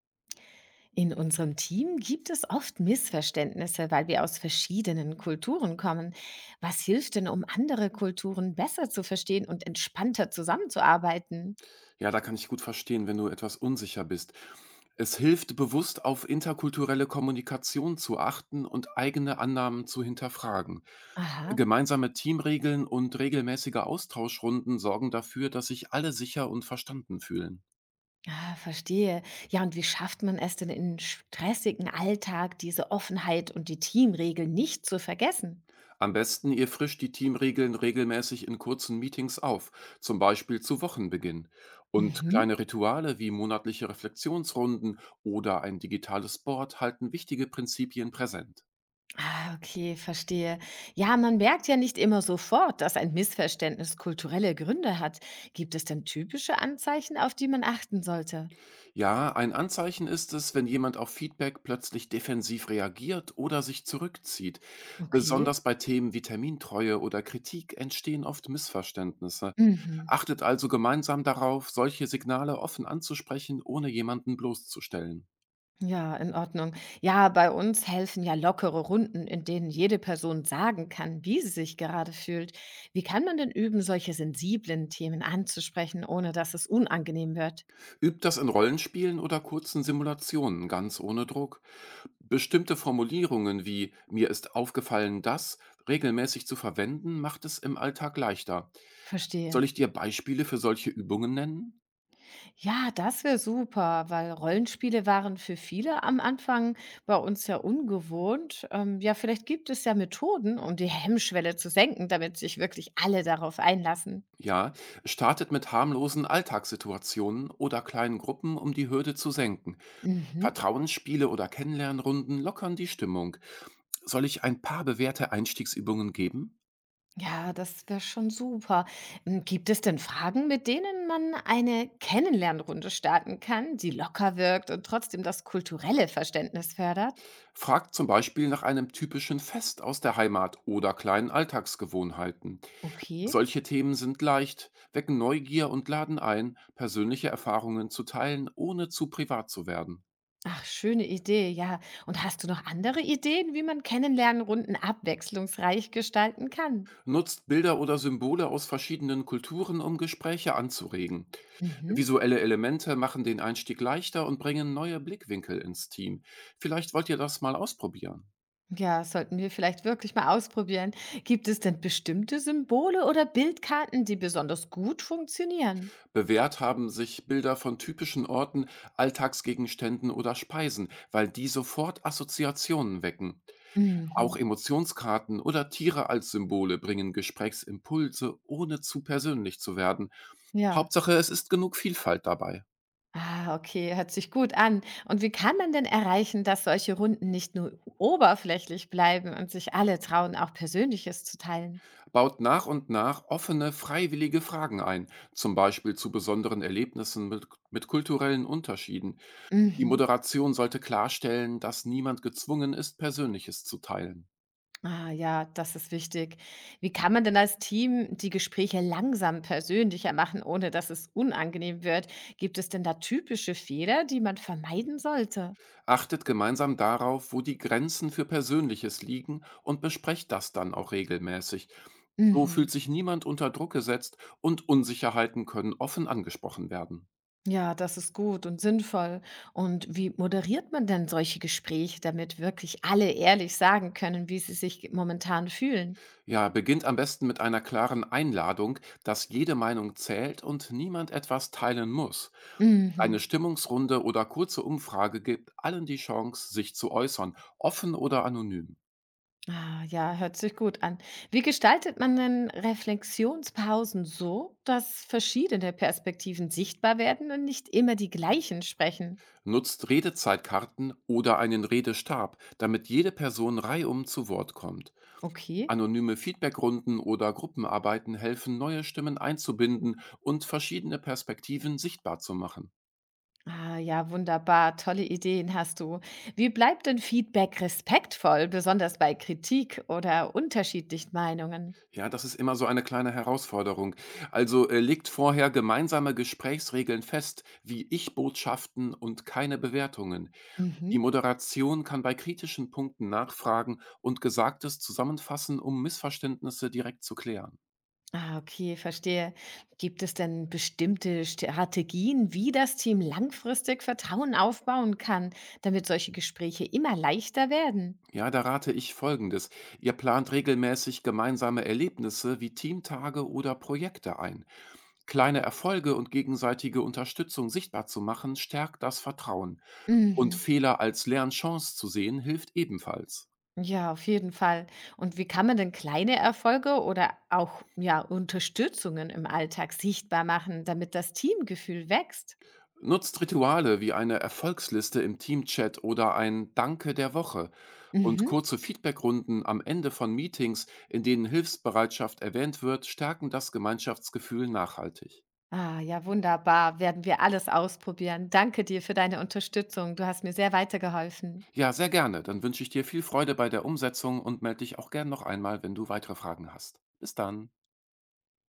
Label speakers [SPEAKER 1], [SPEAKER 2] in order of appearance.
[SPEAKER 1] In unserem Team gibt es oft Missverständnisse, weil wir aus verschiedenen Kulturen kommen. Was hilft denn, um andere Kulturen besser zu verstehen und entspannter zusammenzuarbeiten?
[SPEAKER 2] Ja, da kann ich gut verstehen, wenn du etwas unsicher bist. Es hilft bewusst auf interkulturelle Kommunikation zu achten und eigene Annahmen zu hinterfragen.
[SPEAKER 1] Aha,
[SPEAKER 2] Gemeinsame Teamregeln und regelmäßige Austauschrunden sorgen dafür, dass sich alle sicher und verstanden fühlen.
[SPEAKER 1] ah, verstehe. Ja, und wie schafft man es denn im stressigen Alltag, diese Offenheit und die Teamregeln nicht zu vergessen?
[SPEAKER 2] Am besten ihr frischt die Teamregeln regelmäßig in kurzen Meetings auf, zum Beispiel zu Wochenbeginn. Und
[SPEAKER 1] Mhm.
[SPEAKER 2] kleine Rituale wie monatliche Reflexionsrunden oder ein digitales Board halten wichtige Prinzipien präsent.
[SPEAKER 1] Ah, okay, verstehe. Ja, man merkt ja nicht immer sofort, dass ein Missverständnis kulturelle Gründe hat. Gibt es denn typische Anzeichen, auf die man achten sollte?
[SPEAKER 2] Ja, ein Anzeichen ist es, wenn jemand auf Feedback plötzlich defensiv reagiert oder sich zurückzieht.
[SPEAKER 1] Okay.
[SPEAKER 2] Besonders bei Themen wie Termintreue oder Kritik entstehen oft Missverständnisse.
[SPEAKER 1] Mhm.
[SPEAKER 2] Achtet also gemeinsam darauf, solche Signale offen anzusprechen, ohne jemanden bloßzustellen.
[SPEAKER 1] Ja, in Ordnung. Ja, bei uns helfen ja lockere Runden, in denen jede Person sagen kann, wie sie sich gerade fühlt. Wie kann man denn üben, solche sensiblen Themen anzusprechen, ohne dass es unangenehm wird?
[SPEAKER 2] Übt das in Rollenspielen oder kurzen Simulationen, ganz ohne Druck. Bestimmte Formulierungen wie mir ist aufgefallen das regelmäßig zu verwenden, macht es im Alltag leichter.
[SPEAKER 1] Verstehe.
[SPEAKER 2] Soll ich dir Beispiele für solche Übungen nennen?
[SPEAKER 1] Ja, das wäre super, weil Rollenspiele waren für viele am Anfang bei uns ja ungewohnt. Ja, vielleicht gibt es ja Methoden, um die Hemmschwelle zu senken, damit sich wirklich alle darauf einlassen.
[SPEAKER 2] Ja, startet mit harmlosen Alltagssituationen oder kleinen Gruppen, um die Hürde zu senken.
[SPEAKER 1] Mhm.
[SPEAKER 2] Vertrauensspiele oder Kennenlernrunden lockern die Stimmung. Soll ich ein paar bewährte Einstiegsübungen geben?
[SPEAKER 1] Ja, das wäre schon super. Hm, gibt es denn Fragen, mit denen man eine Kennenlernrunde starten kann, die locker wirkt und trotzdem das kulturelle Verständnis fördert?
[SPEAKER 2] Fragt zum Beispiel nach einem typischen Fest aus der Heimat oder kleinen Alltagsgewohnheiten.
[SPEAKER 1] Okay.
[SPEAKER 2] Solche Themen sind leicht, wecken Neugier und laden ein, persönliche Erfahrungen zu teilen, ohne zu privat zu werden.
[SPEAKER 1] Ach, schöne Idee, ja. Und hast du noch andere Ideen, wie man Kennenlernrunden abwechslungsreich gestalten kann?
[SPEAKER 2] Nutzt Bilder oder Symbole aus verschiedenen Kulturen, um Gespräche anzuregen.
[SPEAKER 1] Mhm.
[SPEAKER 2] Visuelle Elemente machen den Einstieg leichter und bringen neue Blickwinkel ins Team. Vielleicht wollt ihr das mal ausprobieren.
[SPEAKER 1] Ja, das sollten wir vielleicht wirklich mal ausprobieren. Gibt es denn bestimmte Symbole oder Bildkarten, die besonders gut funktionieren?
[SPEAKER 2] Bewährt haben sich Bilder von typischen Orten, Alltagsgegenständen oder Speisen, weil die sofort Assoziationen wecken. Auch
[SPEAKER 1] Mhm.
[SPEAKER 2] Emotionskarten oder Tiere als Symbole bringen Gesprächsimpulse, ohne zu persönlich zu werden.
[SPEAKER 1] Ja.
[SPEAKER 2] Hauptsache, es ist genug Vielfalt dabei.
[SPEAKER 1] Ah, okay, hört sich gut an. Und wie kann man denn erreichen, dass solche Runden nicht nur oberflächlich bleiben und sich alle trauen, auch Persönliches zu teilen?
[SPEAKER 2] Baut nach und nach offene, freiwillige Fragen ein, zum Beispiel zu besonderen Erlebnissen mit kulturellen Unterschieden. Die
[SPEAKER 1] Mhm.
[SPEAKER 2] Moderation sollte klarstellen, dass niemand gezwungen ist, Persönliches zu teilen.
[SPEAKER 1] Ah ja, das ist wichtig. Wie kann man denn als Team die Gespräche langsam persönlicher machen, ohne dass es unangenehm wird? Gibt es denn da typische Fehler, die man vermeiden sollte?
[SPEAKER 2] Achtet gemeinsam darauf, wo die Grenzen für Persönliches liegen und besprecht das dann auch regelmäßig. So
[SPEAKER 1] Mhm.
[SPEAKER 2] fühlt sich niemand unter Druck gesetzt und Unsicherheiten können offen angesprochen werden.
[SPEAKER 1] Ja, das ist gut und sinnvoll. Und wie moderiert man denn solche Gespräche, damit wirklich alle ehrlich sagen können, wie sie sich momentan fühlen?
[SPEAKER 2] Ja, beginnt am besten mit einer klaren Einladung, dass jede Meinung zählt und niemand etwas teilen muss. Eine
[SPEAKER 1] Mhm.
[SPEAKER 2] Stimmungsrunde oder kurze Umfrage gibt allen die Chance, sich zu äußern, offen oder anonym.
[SPEAKER 1] Ah, ja, hört sich gut an. Wie gestaltet man denn Reflexionspausen so, dass verschiedene Perspektiven sichtbar werden und nicht immer die gleichen sprechen?
[SPEAKER 2] Nutzt Redezeitkarten oder einen Redestab, damit jede Person reihum zu Wort kommt.
[SPEAKER 1] Okay.
[SPEAKER 2] Anonyme Feedbackrunden oder Gruppenarbeiten helfen, neue Stimmen einzubinden und verschiedene Perspektiven sichtbar zu machen.
[SPEAKER 1] Ah, ja, wunderbar. Tolle Ideen hast du. Wie bleibt denn Feedback respektvoll, besonders bei Kritik oder unterschiedlichen Meinungen?
[SPEAKER 2] Ja, das ist immer so eine kleine Herausforderung. Legt vorher gemeinsame Gesprächsregeln fest, wie Ich-Botschaften und keine Bewertungen. Die
[SPEAKER 1] Mhm.
[SPEAKER 2] Moderation kann bei kritischen Punkten nachfragen und Gesagtes zusammenfassen, um Missverständnisse direkt zu klären.
[SPEAKER 1] Ah, okay, verstehe. Gibt es denn bestimmte Strategien, wie das Team langfristig Vertrauen aufbauen kann, damit solche Gespräche immer leichter werden?
[SPEAKER 2] Ja, da rate ich Folgendes. Ihr plant regelmäßig gemeinsame Erlebnisse wie Teamtage oder Projekte ein. Kleine Erfolge und gegenseitige Unterstützung sichtbar zu machen, stärkt das Vertrauen. Und
[SPEAKER 1] Mhm.
[SPEAKER 2] Fehler als Lernchance zu sehen, hilft ebenfalls.
[SPEAKER 1] Ja, auf jeden Fall. Und wie kann man denn kleine Erfolge oder auch ja, Unterstützungen im Alltag sichtbar machen, damit das Teamgefühl wächst?
[SPEAKER 2] Nutzt Rituale wie eine Erfolgsliste im Teamchat oder ein Danke der Woche und
[SPEAKER 1] Mhm.
[SPEAKER 2] kurze Feedbackrunden am Ende von Meetings, in denen Hilfsbereitschaft erwähnt wird, stärken das Gemeinschaftsgefühl nachhaltig.
[SPEAKER 1] Ah, ja, wunderbar. Werden wir alles ausprobieren. Danke dir für deine Unterstützung. Du hast mir sehr weitergeholfen.
[SPEAKER 2] Ja, sehr gerne. Dann wünsche ich dir viel Freude bei der Umsetzung und melde dich auch gern noch einmal, wenn du weitere Fragen hast. Bis dann.